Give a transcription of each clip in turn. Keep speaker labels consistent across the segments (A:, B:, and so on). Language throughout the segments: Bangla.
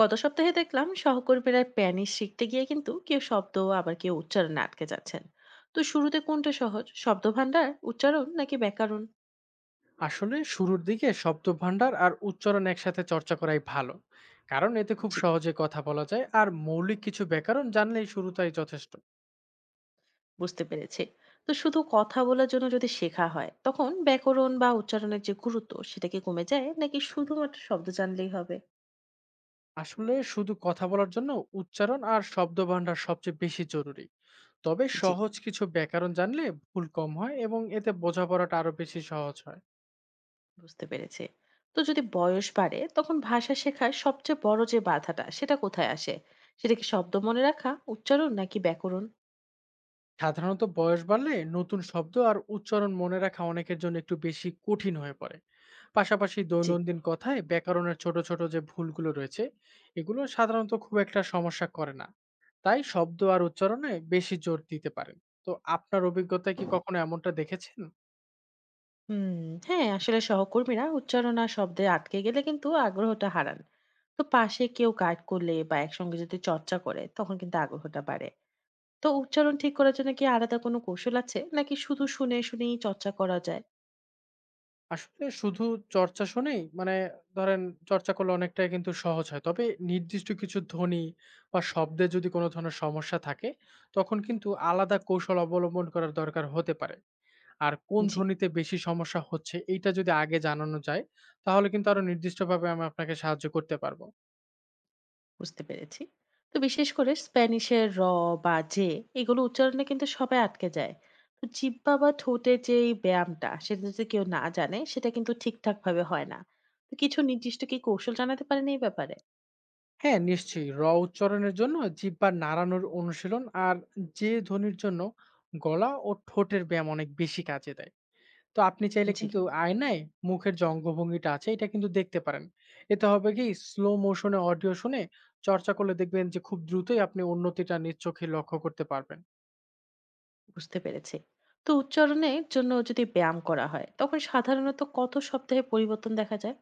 A: গত সপ্তাহে দেখলাম সহকর্মীরা স্প্যানিশ শিখতে গিয়ে কিন্তু কেউ শব্দ আবার কেউ উচ্চারণে আটকে যাচ্ছেন। তো শুরুতে কোনটা সহজ, শব্দ ভান্ডার, উচ্চারণ নাকি ব্যাকরণ?
B: আসলে শুরুর দিকে শব্দভাণ্ডার আর উচ্চারণ একসাথে চর্চা করাই ভালো। কারণ এতে খুব
A: জি,
B: সহজে কথা বলা যায় আর মৌলিক কিছু ব্যাকরণ জানলেই শুরুটাই যথেষ্ট।
A: বুঝতে পেরেছি। তো শুধু কথা বলার জন্য যদি শেখা হয়, তখন ব্যাকরণ বা উচ্চারণের যে গুরুত্ব সেটা কি কমে যায় নাকি শুধুমাত্র শব্দ জানলেই হবে?
B: আসলে শুধু কথা বলার জন্য উচ্চারণ আর শব্দভাণ্ডার সবচেয়ে বেশি জরুরি। তবে
A: জি,
B: সহজ কিছু ব্যাকরণ জানলে ভুল কম হয় এবং এতে বোঝাপড়াটা আরো বেশি সহজ হয়।
A: বুঝতে পেরেছি। তো যদি বয়স বাড়ে, তখন ভাষা শেখার সবচেয়ে বড় যে বাধাটা সেটা কোথায় আসে? সেটা কি শব্দ মনে রাখা, উচ্চারণ নাকি ব্যাকরণ?
B: সাধারণত বয়স বাড়লে নতুন শব্দ আর উচ্চারণ মনে রাখা অনেকের জন্য একটু বেশি কঠিন হয়ে পড়ে। পাশাপাশি
A: জি।
B: দৈনন্দিন কথায় ব্যাকরণের ছোট ছোট যে ভুলগুলো রয়েছে, এগুলো সাধারণত খুব একটা সমস্যা করে না। তাই শব্দ আর উচ্চারণে বেশি জোর দিতে পারেন। তো আপনার অভিজ্ঞতায় কি কখনো এমনটা দেখেছেন?
A: হুম, হ্যাঁ, আসলে সহকর্মীরা উচ্চারণ আর শব্দে আটকে গেলে কিন্তু আগ্রহটা হারান। তো পাশে কেউ গাইড করলে বা একসঙ্গে যদি চর্চা করে, তখন কিন্তু আগ্রহটা বাড়ে। তো উচ্চারণ ঠিক করার জন্য কি আলাদা কোনো কৌশল আছে নাকি শুধু শুনে শুনেই চর্চা করা যায়?
B: আসলে শুধু চর্চা শুনেই ধরেন চর্চা করলে অনেকটাই কিন্তু সহজ হয়। তবে নির্দিষ্ট কিছু ধ্বনি বা শব্দে যদি কোনো ধরনের সমস্যা থাকে, তখন কিন্তু আলাদা কৌশল অবলম্বন করার দরকার হতে পারে। আর কোন
A: জি,
B: ধ্বনিতে বেশি সমস্যা হচ্ছে এইটা যদি আগে জানানো যায়, তাহলে কিন্তু আরো নির্দিষ্টভাবে আমি আপনাকে সাহায্য করতে পারবো।
A: বুঝতে পেরেছি। তো বিশেষ করে স্প্যানিশের র বা জে, এগুলো উচ্চারণে কিন্তু সবাই আটকে যায়। তো জিহ্বা বা ঠোঁটের যে এই ব্যায়ামটা সেটা যদি কেউ না জানে, সেটা কিন্তু ঠিকঠাক ভাবে হয় না। তো কিছু নির্দিষ্ট কি কৌশল জানাতে পারেন এই ব্যাপারে?
B: হ্যাঁ, নিশ্চয়ই। র উচ্চারণের জন্য জিহ্বা নাড়ানোর অনুশীলন আর যে ধ্বনির জন্য গলা ও ঠোঁটের ব্যায়াম অনেক বেশি কাজে দেয়। তো আপনি চাইলে
A: জি,
B: কিন্তু আয়নায় মুখের যে অঙ্গভঙ্গিটা আছে এটা কিন্তু দেখতে পারেন। এতে হবে কি, স্লো মোশনে অডিও শুনে চর্চা করলে দেখবেন যে খুব দ্রুতই আপনি উন্নতিটা নিজ চোখে লক্ষ্য করতে পারবেন।
A: বুঝতে পেরেছি। তো উচ্চারণের জন্য যদি ব্যায়াম করা হয়, তখন সাধারণত কত সপ্তাহে পরিবর্তন দেখা যায়?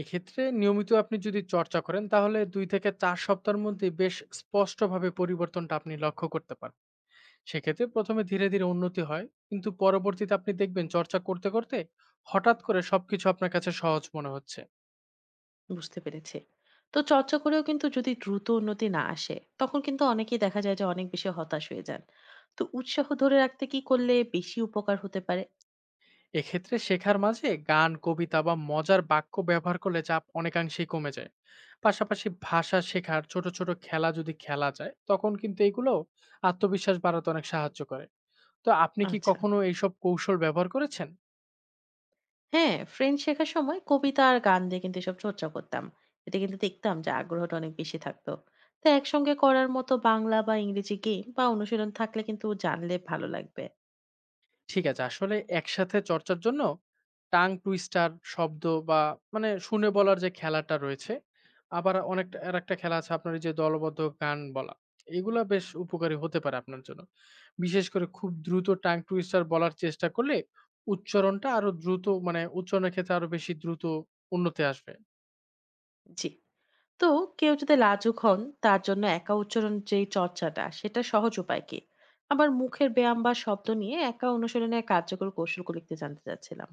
B: এক্ষেত্রে নিয়মিত আপনি যদি চর্চা করেন তাহলে ২ থেকে ৪ সপ্তাহের মধ্যে বেশ স্পষ্টভাবে পরিবর্তনটা আপনি লক্ষ্য করতে পারেন। সেক্ষেত্রে ১ম এ ধীরে ধীরে উন্নতি হয়। কিন্তু পরবর্তীতে আপনি দেখবেন চর্চা করতে করতে হঠাৎ করে সবকিছু আপনার কাছে সহজ মনে হচ্ছে।
A: বুঝতে পেরেছি। তো চর্চা করেও কিন্তু যদি দ্রুত উন্নতি না আসে, তখন কিন্তু অনেকেই দেখা যায় যে অনেক বেশি হতাশ হয়ে যান। তো উৎসাহ ধরে রাখতে কি করলে বেশি উপকার হতে পারে?
B: এক্ষেত্রে শেখার মাঝে গান, কবিতা বা মজার বাক্য ব্যবহার করলে চাপ অনেকাংশেই কমে যায়। পাশাপাশি ভাষা শেখার ছোট ছোট খেলা যদি খেলা যায় তখন কিন্তু এগুলো আত্মবিশ্বাস বাড়াতে অনেক সাহায্য করে। তো আপনি কি
A: আচ্ছা,
B: কখনো এইসব কৌশল ব্যবহার করেছেন?
A: হ্যাঁ, ফ্রেঞ্চ শেখার সময় কবিতা আর গান দিয়ে কিন্তু এসব চর্চা করতাম। এতে কিন্তু দেখতাম যে আগ্রহটা অনেক বেশি থাকতো। তো একসঙ্গে করার মতো বাংলা বা ইংরেজি গেম বা অনুশীলন থাকলে কিন্তু জানলে ভালো লাগবে।
B: ঠিক আছে। আসলে একসাথে চর্চার জন্য টাং টুইস্টার শব্দ বা শুনে বলার যে খেলাটা রয়েছে, আবার অনেকটা আরেকটা খেলা আছে আপনার, এই যে দলবদ্ধ গান বলা। এগুলা বেশ উপকারী হতে পারে আপনার জন্য। বিশেষ করে খুব দ্রুত টাং টুইস্টার বলার চেষ্টা করলে উচ্চারণটা আরো দ্রুত উচ্চারণের ক্ষেত্রে আরো বেশি দ্রুত উন্নতি আসবে।
A: জি। তো কেউ যদি লাজুক হন, তার জন্য একা উচ্চারণ যেই চর্চাটা সেটা সহজ উপায় কি? আবার মুখের ব্যায়াম বা শব্দ নিয়ে একা অনুশীলনের কার্যকর কৌশলগুলো একটু জানতে চাচ্ছিলাম।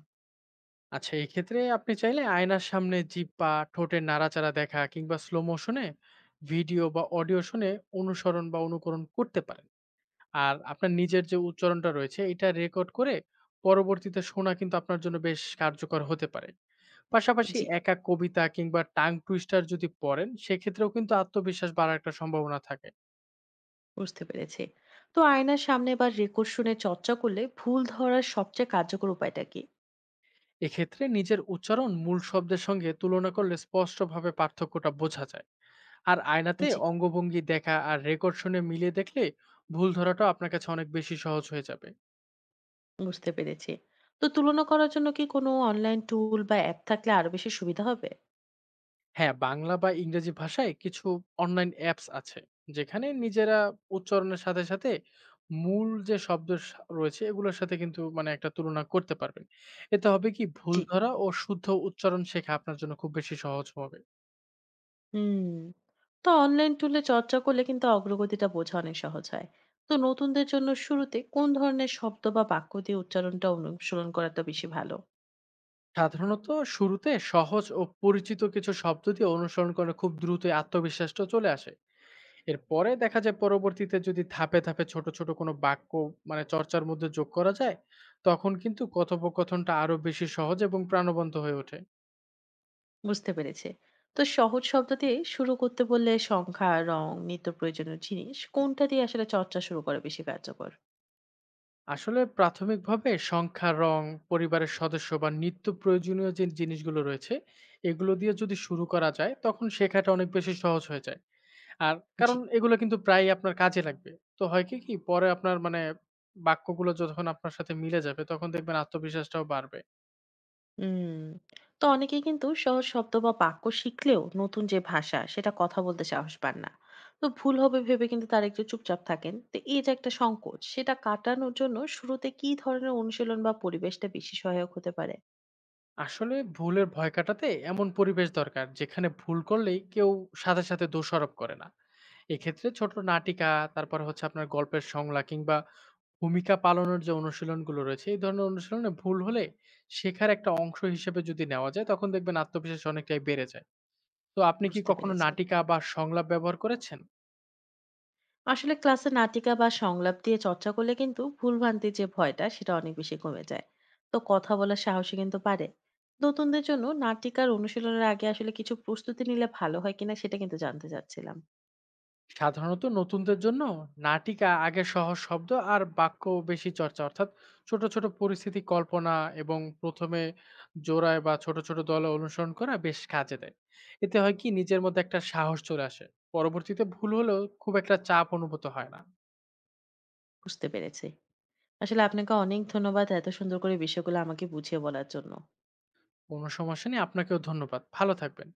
B: আচ্ছা, এক্ষেত্রে আপনি চাইলে আয়নার সামনে জিহ্বা, ঠোঁটের নাড়াচাড়া দেখা কিংবা স্লো মোশন এ ভিডিও বা অডিও শুনে অনুসরণ বা অনুকরণ করতে পারেন। আর আপনার নিজের যে উচ্চারণটা রয়েছে, এটা রেকর্ড করে পরবর্তীতে শোনা কিন্তু আপনার জন্য বেশ কার্যকর হতে পারে। পাশাপাশি
A: জি,
B: একা কবিতা কিংবা টাং টুইস্টার যদি পড়েন, সেক্ষেত্রেও কিন্তু আত্মবিশ্বাস বাড়ার একটা সম্ভাবনা থাকে।
A: বুঝতে পেরেছি। তো আয়নার সামনে বা রেকর্ড শুনে চর্চা করলে ভুল ধরার সবচেয়ে কার্যকর উপায়টা কি?
B: এক্ষেত্রে নিজের উচ্চারণ মূল শব্দের সঙ্গে তুলনা করলে স্পষ্টভাবে পার্থক্যটা বোঝা যায়। আর আয়নাতে
A: জি,
B: অঙ্গভঙ্গি দেখা আর রেকর্ড শুনে মিলিয়ে দেখলে ভুল ধরাটাও আপনার কাছে অনেক বেশি সহজ হয়ে যাবে।
A: বুঝতে পেরেছি। তো তুলনা করার জন্য কি কোনো অনলাইন টুল বা অ্যাপ থাকলে আরো বেশি সুবিধা হবে?
B: হ্যাঁ, বাংলা বা ইংরেজি ভাষায় কিছু অনলাইন অ্যাপস আছে। যেখানে নিজেরা উচ্চারণের সাথে সাথে মূল যে শব্দ সা রয়েছে এগুলোর সাথে কিন্তু একটা তুলনা করতে পারবেন। এতে হবে কি, ভুল
A: জি,
B: ধরা ও শুদ্ধ উচ্চারণ শেখা আপনার জন্য খুব বেশি সহজ হবে।
A: হুম, তো অনলাইন টুলে চর্চা করলে কিন্তু অগ্রগতিটা বোঝা অনেক সহজ হয়। তো নতুনদের জন্য শুরুতে কোন ধরনের শব্দ বা বাক্য দিয়ে উচ্চারণটা অনুসরণ করাটা বেশি ভালো?
B: সাধারণত শুরুতে সহজ ও পরিচিত কিছু শব্দ দিয়ে অনুসরণ করা খুব দ্রুতই আত্মবিশ্বাসটা চলে আসে। এরপরে দেখা যায় পরবর্তীতে যদি ধাপে ধাপে ছোট ছোট কোনো বাক্য চর্চার মধ্যে যোগ করা যায়, তখন কিন্তু কথোপকথনটা আরো বেশি সহজ এবং প্রাণবন্ত হয়ে ওঠে।
A: বুঝতে পেরেছে। তো সহজ শব্দ দিয়ে শুরু করতে বললে সংখ্যা, রং, নিত্য প্রয়োজনীয় জিনিস কোনটা দিয়ে আসলে চর্চা শুরু করা বেশি কার্যকর?
B: আসলে প্রাথমিকভাবে সংখ্যা, রং, পরিবারের সদস্য বা নিত্য প্রয়োজনীয় যে জিনিসগুলো রয়েছে, এগুলো দিয়ে যদি শুরু করা যায়, তখন শেখাটা অনেক বেশি সহজ হয়ে যায়। আর
A: জি।
B: কারণ এগুলো কিন্তু প্রায়ই আপনার কাজে লাগবে। তো হয় কি, কি পরে আপনার বাক্যগুলো যখন আপনার সাথে মিলে যাবে, তখন দেখবেন আত্মবিশ্বাসটাও বাড়বে।
A: হুম। তো অনেকেই কিন্তু সহজ শব্দ বা বাক্য শিখলেও নতুন যে ভাষা সেটা কথা বলতে সাহস পান না। তো ভুল হবে ভেবে কিন্তু তারা একটু চুপচাপ থাকেন। তো এই যে একটা সংকোচ সেটা কাটানোর জন্য শুরুতে কি ধরনের অনুশীলন বা পরিবেশটা বেশি সহায়ক হতে পারে?
B: আসলে ভুলের ভয় কাটাতে এমন পরিবেশ দরকার যেখানে ভুল করলেই কেউ সাথে সাথে দোষারোপ করে না। এক্ষেত্রে ছোট নাটিকা, তারপর হচ্ছে আপনার গল্পের সংলা কিংবা ভূমিকা পালনের যে অনুশীলনগুলো রয়েছে, এই ধরনের অনুশীলনে ভুল হলে শেখার একটা অংশ হিসেবে যদি নেওয়া যায় তখন দেখবেন আত্মবিশ্বাস অনেকটাই বেড়ে যায়। তো আপনি কি
A: বুঝতে
B: কখনো
A: পেরেছি।
B: নাটিকা বা সংলাপ ব্যবহার করেছেন?
A: আসলে ক্লাসে নাটিকা বা সংলাপ দিয়ে চর্চা করলে কিন্তু ভুলভ্রান্তির যে ভয়টা সেটা অনেক বেশি কমে যায়। তো কথা বলার সাহসী কিন্তু পারে। নতুনদের জন্য নাটিকার অনুশীলনের আগে আসলে কিছু প্রস্তুতি নিলে ভালো হয় কিনা সেটা কিন্তু জানতে চাচ্ছিলাম।
B: সাধারণত নতুনদের জন্য নাটিকা আগে সহজ শব্দ আর বাক্য বেশি চর্চা, অর্থাৎ ছোট ছোট পরিস্থিতি কল্পনা এবং প্রথমে জোড়ায় বা ছোট ছোট দলে অনুসরণ করা বেশ কাজে দেয়। এতে হয় কি, নিজের মধ্যে একটা সাহস চলে আসে। পরবর্তীতে ভুল হলেও খুব একটা চাপ অনুভূত হয় না।
A: বুঝতে পেরেছি। আসলে আপনাকে অনেক ধন্যবাদ এত সুন্দর করে বিষয়গুলো আমাকে বুঝিয়ে বলার জন্য।
B: কোনো সমস্যা নেই, আপনাকেও ধন্যবাদ। ভালো থাকবেন।